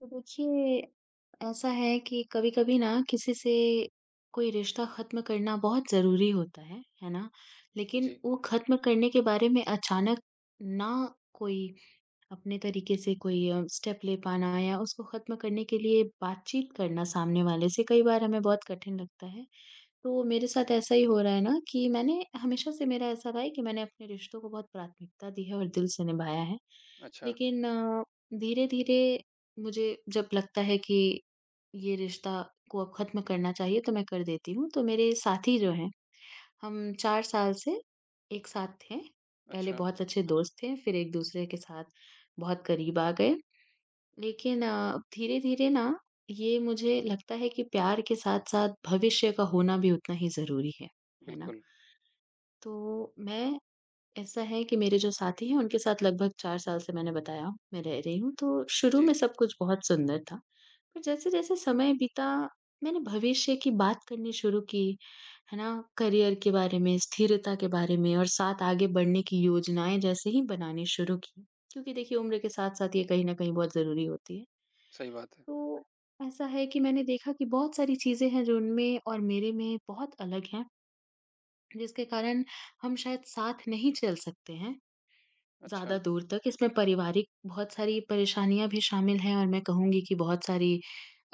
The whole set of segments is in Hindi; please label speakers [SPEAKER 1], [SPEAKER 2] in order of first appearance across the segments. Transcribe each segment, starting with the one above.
[SPEAKER 1] तो देखिए, ऐसा है कि कभी-कभी ना किसी से कोई रिश्ता ख़त्म करना बहुत ज़रूरी होता है ना? लेकिन
[SPEAKER 2] जी,
[SPEAKER 1] वो ख़त्म करने के बारे में अचानक ना कोई अपने तरीके से कोई स्टेप ले पाना या उसको ख़त्म करने के लिए बातचीत करना सामने वाले से कई बार हमें बहुत कठिन लगता है। तो मेरे साथ ऐसा ही हो रहा है ना कि मैंने हमेशा से, मेरा ऐसा रहा है कि मैंने अपने रिश्तों को बहुत प्राथमिकता दी है और दिल से निभाया है।
[SPEAKER 2] अच्छा,
[SPEAKER 1] लेकिन धीरे-धीरे मुझे जब लगता है कि ये रिश्ता को अब ख़त्म करना चाहिए, तो मैं कर देती हूँ। तो मेरे साथी जो हैं, हम 4 साल से एक साथ थे। पहले
[SPEAKER 2] अच्छा,
[SPEAKER 1] बहुत अच्छे दोस्त थे, फिर एक-दूसरे के साथ बहुत करीब आ गए। लेकिन धीरे-धीरे ना ये मुझे लगता है कि प्यार के साथ-साथ भविष्य का होना भी उतना ही ज़रूरी है ना?
[SPEAKER 2] बिल्कुल।
[SPEAKER 1] तो मैं, ऐसा है कि मेरे जो साथी हैं, उनके साथ लगभग 4 साल से, मैंने बताया, मैं रह रही हूँ, तो शुरू में
[SPEAKER 2] जी,
[SPEAKER 1] सब कुछ बहुत सुंदर था। पर जैसे-जैसे समय बीता, मैंने भविष्य की बात करनी शुरू की, है ना? करियर के बारे में, स्थिरता के बारे में और साथ आगे बढ़ने की योजनाएँ जैसे ही बनानी शुरू की। क्योंकि देखिए, उम्र के साथ-साथ ये कहीं न कहीं बहुत ज़रूरी होती है।
[SPEAKER 2] सही बात है।
[SPEAKER 1] तो ऐसा है कि मैंने देखा कि बहुत सारी चीज़ें हैं जो उनमें और मेरे में बहुत अलग हैं, जिसके कारण हम शायद साथ नहीं चल सकते हैं।
[SPEAKER 2] अच्छा,
[SPEAKER 1] ज़्यादा दूर तक इसमें पारिवारिक बहुत सारी परेशानियाँ भी शामिल हैं और मैं कहूँगी कि बहुत सारी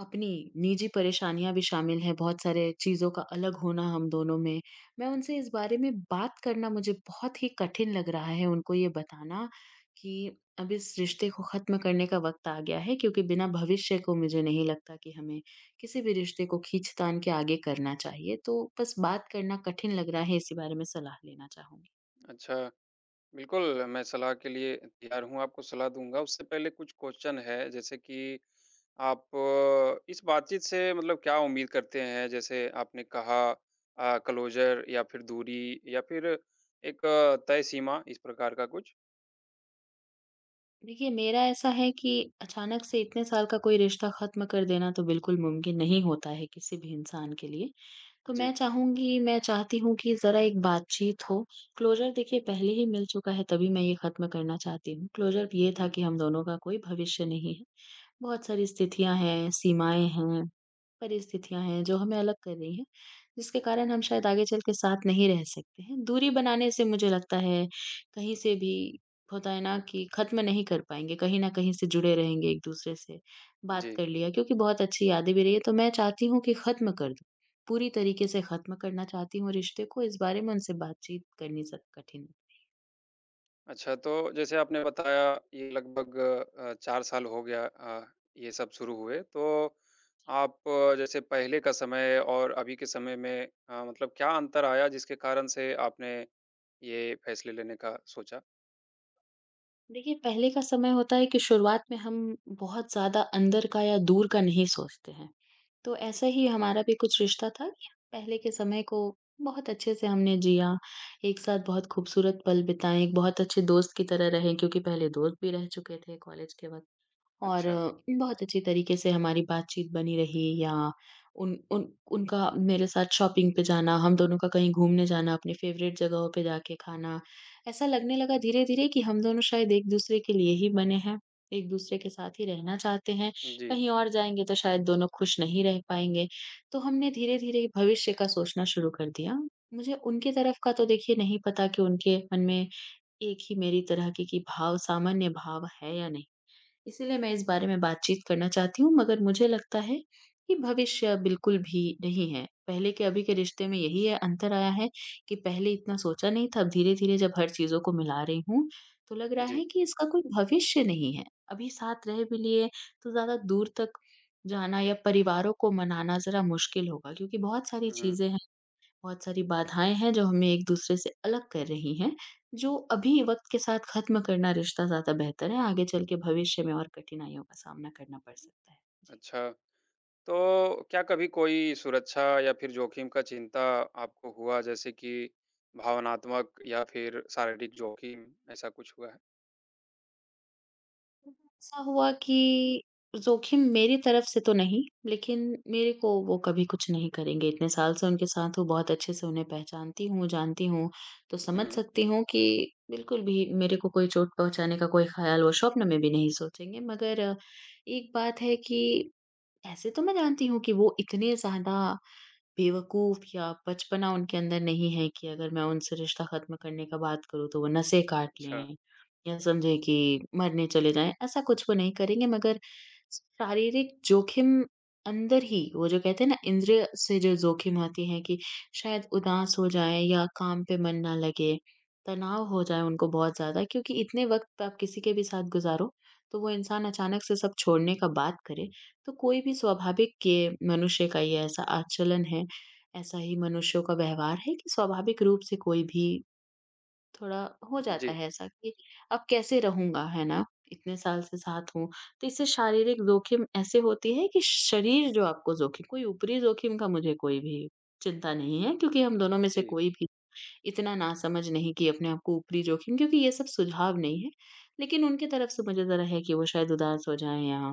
[SPEAKER 1] अपनी निजी परेशानियाँ भी शामिल हैं, बहुत सारे चीज़ों का अलग होना हम दोनों में। मैं उनसे इस बारे में बात करना, मुझे बहुत ही कठिन लग रहा है उनको ये बताना कि अब इस रिश्ते को ख़त्म करने का वक़्त आ गया है, क्योंकि बिना भविष्य को मुझे नहीं लगता कि हमें किसी भी रिश्ते को खींच-तान के आगे करना चाहिए। तो बस बात करना कठिन लग रहा है, इसी बारे में सलाह लेना चाहूँगी।
[SPEAKER 2] अच्छा, बिल्कुल, मैं सलाह के लिए तैयार हूँ, आपको सलाह दूँगा। उससे पहले कुछ क्वेश्चन है, जैसे कि आप इस बातचीत से मतलब क्या उम्मीद करते हैं? जैसे आपने कहा क्लोज़र या फिर दूरी या फिर एक तय सीमा, इस प्रकार का कुछ?
[SPEAKER 1] देखिए, मेरा ऐसा है कि अचानक से इतने साल का कोई रिश्ता ख़त्म कर देना तो बिल्कुल मुमकिन नहीं होता है किसी भी इंसान के लिए। तो मैं
[SPEAKER 2] जी,
[SPEAKER 1] चाहूँगी, मैं चाहती हूँ कि ज़रा एक बातचीत हो। क्लोज़र, देखिए, पहले ही मिल चुका है, तभी मैं ये ख़त्म करना चाहती हूँ। क्लोज़र ये था
[SPEAKER 2] हुँ,
[SPEAKER 1] कि हम दोनों का कोई भविष्य नहीं है। बहुत सारी स्थितियाँ हैं, सीमाएँ हैं। परिस्थितियाँ हैं जो हमें अलग कर रही हैं, जिसके कारण हम शायद आगे चल के साथ नहीं रह सकते हैं। दूरी बनाने से मुझे लगता है, कहीं से भी होता है ना, कि खत्म नहीं कर पाएँगे, कहीं न कहीं से जुड़े रहेंगे एक-दूसरे से, बात
[SPEAKER 2] जी।
[SPEAKER 1] कर लिया क्योंकि बहुत अच्छी यादें भी रही है, तो मैं चाहती हूँ कि खत्म कर दूँ। पूरी तरीके से खत्म करना चाहती हूँ रिश्ते को, इस बारे में उनसे बातचीत करनी ज़ कठिन है।
[SPEAKER 2] अच्छा, तो जैसे आपने बताया ये लगभग 4 साल हो गया ये सब शुरू हुए। तो आप जैसे पहले का समय और अभी के समय में मतलब क्या अंतर आया जिसके कारण से आपने ये फैसले लेने का सोचा?
[SPEAKER 1] देखिए, पहले का समय होता है कि शुरुआत में हम बहुत ज़्यादा अंदर का या दूर का नहीं सोचते हैं। तो ऐसा ही हमारा भी कुछ रिश्ता था कि पहले के समय को बहुत अच्छे से हमने जिया, एक साथ बहुत खूबसूरत पल बिताए, एक बहुत अच्छे दोस्त की तरह रहे क्योंकि पहले दोस्त भी रह चुके थे कॉलेज के वक़्त। और
[SPEAKER 2] अच्छा।
[SPEAKER 1] बहुत अच्छी तरीके से हमारी बातचीत बनी रही, या उन उन उनका मेरे साथ शॉपिंग पे जाना, हम दोनों का कहीं घूमने जाना, अपने फ़ेवरेट जगहों पे जाके खाना। ऐसा लगने लगा धीरे-धीरे कि हम दोनों शायद एक-दूसरे के लिए ही बने हैं, एक-दूसरे के साथ ही रहना चाहते हैं।
[SPEAKER 2] जी,
[SPEAKER 1] कहीं और जाएँगे तो शायद दोनों खुश नहीं रह पाएँगे। तो हमने धीरे-धीरे भविष्य का सोचना शुरू कर दिया। मुझे उनकी तरफ का तो, देखिए, नहीं पता कि उनके मन में एक ही मेरी तरह की कि भाव, सामान्य भाव है या नहीं। इसीलिए मैं इस बारे में बातचीत करना चाहती हूँ, मगर मुझे लगता है कि भविष्य बिल्कुल भी नहीं है। पहले के, अभी के रिश्ते में यही है, अंतर आया है कि पहले इतना सोचा नहीं था, अब धीरे-धीरे जब हर चीज़ों को मिला रही हूँ, तो लग रहा
[SPEAKER 2] जी।
[SPEAKER 1] है कि इसका कोई भविष्य नहीं है। अभी साथ रह भी लिए तो ज़्यादा दूर तक जाना या परिवारों को मनाना ज़रा मुश्किल होगा, क्योंकि बहुत सारी
[SPEAKER 2] हुँ, हुँ।
[SPEAKER 1] चीज़ें, बहुत सारी बाधाएँ हैं जो हमें एक-दूसरे से अलग कर रही हैं, जो अभी वक़्त के साथ ख़त्म करना रिश्ता ज़्यादा बेहतर है, आगे चल के भविष्य में और कठिनाइयों का सामना करना पड़ सकता है। जी।
[SPEAKER 2] अच्छा, तो क्या कभी कोई सुरक्षा या फिर जोखिम का चिंता आपको हुआ जैसे कि भावनात्मक या फिर शारीरिक जोखिम ऐसा कुछ हुआ है?
[SPEAKER 1] ऐसा हुआ कि जोखिम मेरी तरफ से तो नहीं, लेकिन मेरे को वो कभी कुछ नहीं करेंगे, इतने साल से उनके साथ हूँ, बहुत अच्छे से उन्हें पहचानती हूँ, जानती हूँ, तो
[SPEAKER 2] हुँ,
[SPEAKER 1] समझ
[SPEAKER 2] हुँ।
[SPEAKER 1] सकती हूँ कि बिल्कुल भी मेरे को कोई चोट पहुँचाने का कोई ख़्याल वो स्वप्न में भी नहीं सोचेंगे। मगर एक बात है कि ऐसे तो मैं जानती हूँ कि वो इतने ज़्यादा बेवकूफ़ या बचपना उनके अंदर नहीं है कि अगर मैं उनसे रिश्ता ख़त्म करने का बात करूँ तो वो नसें काट
[SPEAKER 2] अच्छा।
[SPEAKER 1] लें या समझें कि मरने चले जाएँ, ऐसा कुछ वो नहीं करेंगे, मगर शारीरिक जोखिम, अंदर ही वो जो कहते हैं ना, इंद्रिय से जो जोखिम आती है, कि शायद उदास हो जाएँ या काम पे मन ना लगे, तनाव हो जाए उनको बहुत ज़्यादा, क्योंकि इतने वक़्त आप किसी के भी साथ गुज़ारो, तो वो इंसान अचानक से सब छोड़ने का बात करे, तो कोई भी, स्वाभाविक के मनुष्य का ये ऐसा आचलन है, ऐसा ही मनुष्यों का व्यवहार है कि स्वाभाविक रूप से कोई भी थोड़ा हो जाता
[SPEAKER 2] जी,
[SPEAKER 1] है ऐसा कि अब कैसे रहूँगा, है ना? इतने साल से साथ हूँ। तो इससे शारीरिक जोखिम ऐसे होती है कि शरीर जो, आपको जोखिम कोई ऊपरी जोखिम का मुझे कोई भी चिंता नहीं है, क्योंकि हम दोनों में से
[SPEAKER 2] जी।
[SPEAKER 1] कोई भी इतना नासमझ नहीं कि अपने आप को ऊपरी जोखिम, क्योंकि ये सब सुझाव नहीं है। लेकिन उनकी तरफ से मुझे ज़रा है कि वो शायद उदास हो जाएँ या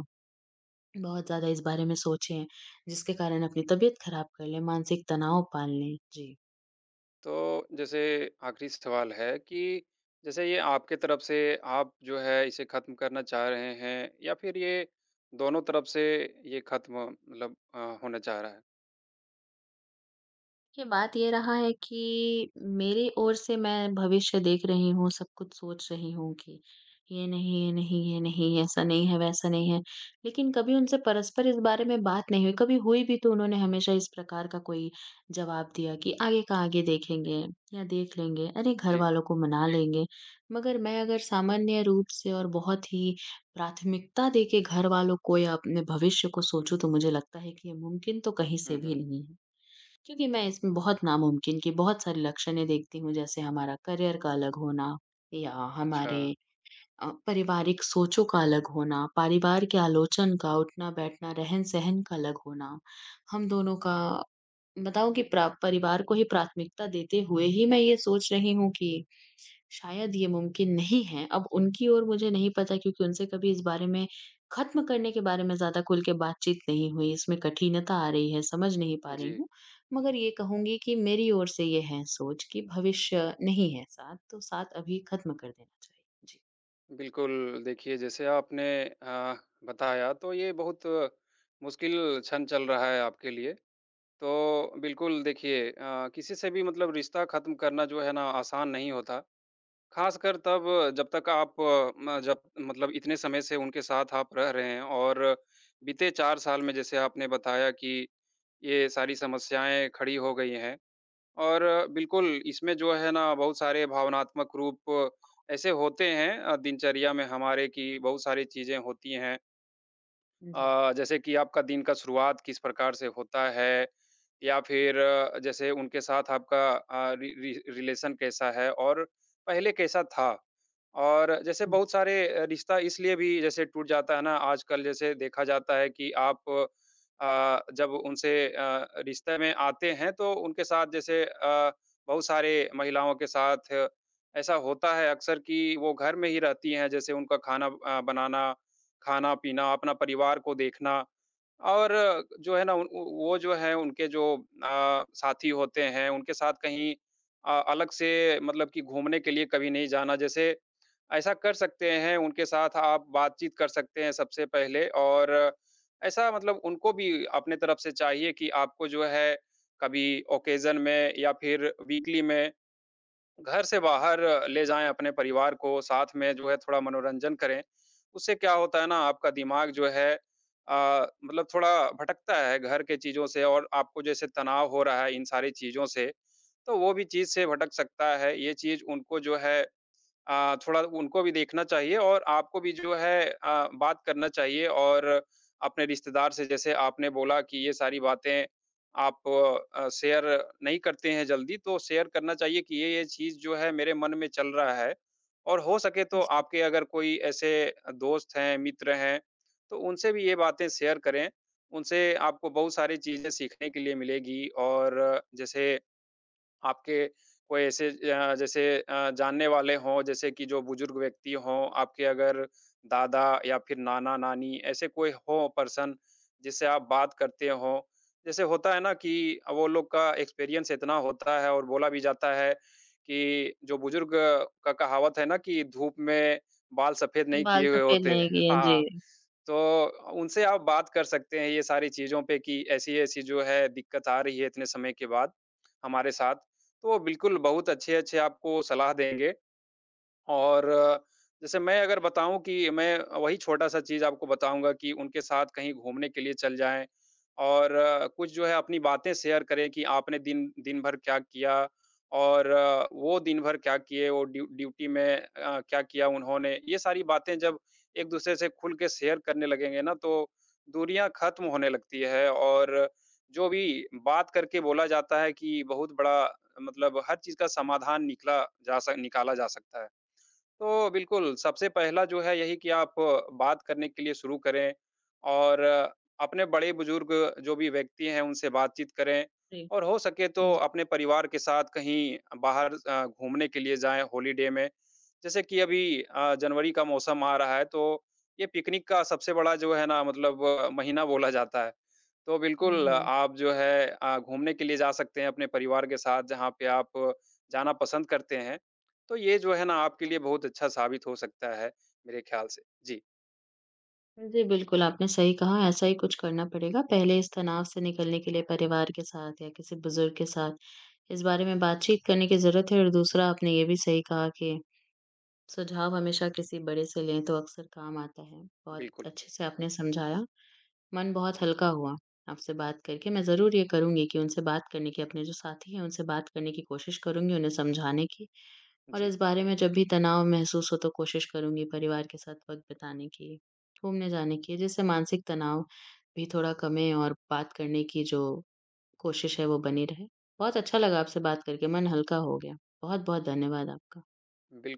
[SPEAKER 1] बहुत ज़्यादा इस बारे में सोचें, जिसके कारण अपनी तबीयत खराब कर लें, मानसिक तनाव पाल लें। जी।
[SPEAKER 2] तो जैसे आखिरी सवाल है कि जैसे ये आपके तरफ से आप जो है इसे ख़त्म करना चाह रहे हैं या फिर ये दोनों तरफ से ये ख़त्म मतलब होना चाह रहा है?
[SPEAKER 1] देखिए, बात ये रहा है कि मेरी ओर से मैं भविष्य देख रही हूँ, सब कुछ सोच रही हूँ कि ये नहीं, ये नहीं, ये नहीं, ऐसा नहीं है, वैसा नहीं है। लेकिन कभी उनसे परस्पर इस बारे में बात नहीं हुई। कभी हुई भी तो उन्होंने हमेशा इस प्रकार का कोई जवाब दिया कि आगे का आगे देखेंगे या देख लेंगे, अरे घर
[SPEAKER 2] जी।
[SPEAKER 1] वालों को मना लेंगे। मगर मैं अगर सामान्य रूप से और बहुत ही प्राथमिकता देके घर वालों को या अपने भविष्य को सोचूँ, तो मुझे लगता है कि ये मुमकिन तो कहीं
[SPEAKER 2] हुँ,
[SPEAKER 1] से भी
[SPEAKER 2] हुँ।
[SPEAKER 1] नहीं है। क्योंकि मैं इसमें बहुत नामुमकिन की बहुत सारी लक्षणें देखती हूँ, जैसे हमारा करियर का अलग होना, या
[SPEAKER 2] अच्छा,
[SPEAKER 1] हमारे पारिवारिक सोचों का अलग होना, परिवार के आलोचन का, उठना-बैठना, रहन-सहन का अलग होना। हम दोनों का बताऊँ कि प्रा परिवार को ही प्राथमिकता देते हुए ही मैं ये सोच रही हूँ कि शायद ये मुमकिन नहीं है। अब उनकी ओर मुझे नहीं पता, क्योंकि उनसे कभी इस बारे में, खत्म करने के बारे में, ज़्यादा खुल के बातचीत नहीं हुई, इसमें कठिनता आ रही है, समझ नहीं पा रही
[SPEAKER 2] जी।
[SPEAKER 1] हूँ। मगर ये कहूँगी कि मेरी ओर से ये है सोच कि भविष्य नहीं है साथ, तो साथ अभी खत्म कर देना चाहिए। जी।
[SPEAKER 2] बिल्कुल, देखिए जैसे आपने बताया तो ये बहुत मुश्किल क्षण चल रहा है आपके लिए। तो बिल्कुल देखिए किसी से भी मतलब रिश्ता ख़त्म करना जो है ना आसान नहीं होता। ख़ासकर तब जब तक आप अ, म जब मतलब इतने समय से उनके साथ आप रह रहे हैं और बीते 4 साल में
[SPEAKER 1] जी,
[SPEAKER 2] जैसे आपने बताया कि ये सारी समस्याएँ खड़ी हो गई हैं और बिल्कुल इसमें जो है ना बहुत सारे भावनात्मक रूप ऐसे होते हैं दिनचर्या में हमारे कि बहुत सारी चीज़ें होती हैं
[SPEAKER 1] जी,
[SPEAKER 2] जैसे कि आपका दिन का शुरुआत किस प्रकार से होता है? या फिर जैसे उनके साथ आपका रि रि रिलेशन कैसा है और पहले कैसा था? और जैसे
[SPEAKER 1] हुँ। जी।
[SPEAKER 2] बहुत सारे रिश्ता इसलिए भी जैसे टूट जाता है ना आजकल जैसे देखा जाता है कि आप जब उनसे रिश्ते में आते हैं तो उनके साथ जैसे बहुत सारे महिलाओं के साथ ऐसा होता है अक्सर कि वो घर में ही रहती हैं जैसे उनका खाना बनाना खाना-पीना, अपना परिवार को देखना और जो है ना उन उ वो जो है उनके जो साथी होते हैं, उनके साथ कहीं अलग से मतलब कि घूमने के लिए कभी नहीं जाना। जैसे ऐसा कर सकते हैं, उनके साथ आप बातचीत कर सकते हैं सबसे पहले और ऐसा मतलब उनको भी अपने तरफ से चाहिए कि आपको जो है कभी ओकेज़न में या फिर वीकली में घर से बाहर ले जाएँ अपने परिवार को, साथ में जो है थोड़ा मनोरंजन करें। उससे क्या होता है ना आपका दिमाग जो है मतलब थोड़ा भटकता है घर के चीज़ों से और आपको जैसे तनाव हो रहा है इन सारी चीज़ों से, तो वो भी चीज़ से भटक सकता है। ये चीज़ उनको जो है थोड़ा उनको भी देखना चाहिए और आपको भी जो है बात करना चाहिए और अपने रिश्तेदार से जैसे आपने बोला कि ये सारी बातें आप शेयर नहीं करते हैं जल्दी, तो शेयर करना चाहिए कि ये-ये चीज़ जो है मेरे मन में चल रहा है। और हो सके तो
[SPEAKER 1] जी,
[SPEAKER 2] आपके अगर कोई ऐसे दोस्त हैं, मित्र हैं, तो उनसे भी ये बातें शेयर करें। उनसे आपको बहुत सारी चीज़ें सीखने के लिए मिलेगी और जैसे आपके कोई ऐसे जैसे जानने वाले हों, जैसे कि जो बुजुर्ग व्यक्ति हों, आपके अगर दादा या फिर नाना-नानी ऐसे कोई हो पर्सन जिससे आप बात करते हो? जैसे होता है ना कि वो लोग का एक्सपीरियंस इतना होता है और बोला भी जाता है कि जो बुजुर्ग का कहावत है ना कि धूप में बाल सफ़ेद नहीं
[SPEAKER 1] बाल
[SPEAKER 2] किए हुए
[SPEAKER 1] सफेद
[SPEAKER 2] होते।
[SPEAKER 1] नहीं किए।
[SPEAKER 2] हाँ,
[SPEAKER 1] जी,
[SPEAKER 2] हाँ। तो उनसे आप बात कर सकते हैं ये सारी चीज़ों पे कि ऐसी-ऐसी जो है दिक्कत आ रही है इतने समय के बाद हमारे साथ। तो वो बिल्कुल बहुत अच्छे-अच्छे आपको सलाह देंगे। और जैसे मैं अगर बताऊँ कि मैं वही छोटा-सा चीज़ आपको बताऊँगा कि उनके साथ कहीं घूमने के लिए चल जाएँ और कुछ जो है अपनी बातें शेयर करें कि आपने दिन दिन भर क्या किया और वो दिन भर क्या किए, वो ड्यूटी में क्या किया उन्होंने। ये सारी बातें जब एक-दूसरे से खुल के शेयर करने लगेंगे ना, तो दूरियाँ खत्म होने लगती है और जो भी बात करके बोला जाता है कि बहुत बड़ा मतलब हर चीज़ का समाधान निकला जा सक निकाला जा सकता है। तो बिल्कुल, सबसे पहला जो है यही कि आप बात करने के लिए शुरू करें और अपने बड़े-बुज़ुर्ग जो भी व्यक्ति हैं, उनसे बातचीत करें
[SPEAKER 1] जी।
[SPEAKER 2] और हो सके तो अपने परिवार के साथ कहीं बाहर घूमने के लिए जाएँ हॉलिडे में। जैसे कि अभी जनवरी का मौसम आ रहा है, तो ये पिकनिक का सबसे बड़ा जो है ना मतलब महीना बोला जाता है। तो
[SPEAKER 1] हुँ,
[SPEAKER 2] बिल्कुल
[SPEAKER 1] हुँ।
[SPEAKER 2] आप जो है घूमने के लिए जा सकते हैं अपने परिवार के साथ, जहाँ पे आप जाना पसंद करते हैं। तो ये जो है ना आपके लिए बहुत अच्छा साबित हो सकता है मेरे ख्याल से। जी,
[SPEAKER 1] जी, बिल्कुल, आपने सही कहा, ऐसा ही कुछ करना पड़ेगा। पहले इस तनाव से निकलने के लिए परिवार के साथ या किसी बुज़ुर्ग के साथ इस बारे में बातचीत करने की ज़रूरत है, और दूसरा, आपने ये भी सही कहा कि सुझाव हमेशा किसी बड़े से लें तो अक्सर काम आता है। बहुत
[SPEAKER 2] बिल्कुल।
[SPEAKER 1] अच्छे से आपने समझाया, मन बहुत हल्का हुआ आपसे बात करके। मैं ज़रूर ये करूँगी कि उनसे बात करने की, अपने जो साथी हैं, उनसे बात करने की कोशिश करूँगी, उन्हें समझाने की। और
[SPEAKER 2] जी,
[SPEAKER 1] इस बारे में जब भी तनाव महसूस हो तो कोशिश करूंगी परिवार के साथ वक्त बिताने की, घूमने जाने की, जिससे मानसिक तनाव भी थोड़ा कमे और बात करने की जो कोशिश है वो बनी रहे। बहुत अच्छा लगा आपसे बात करके, मन हल्का हो गया। बहुत बहुत धन्यवाद आपका।
[SPEAKER 2] बिल्कुल।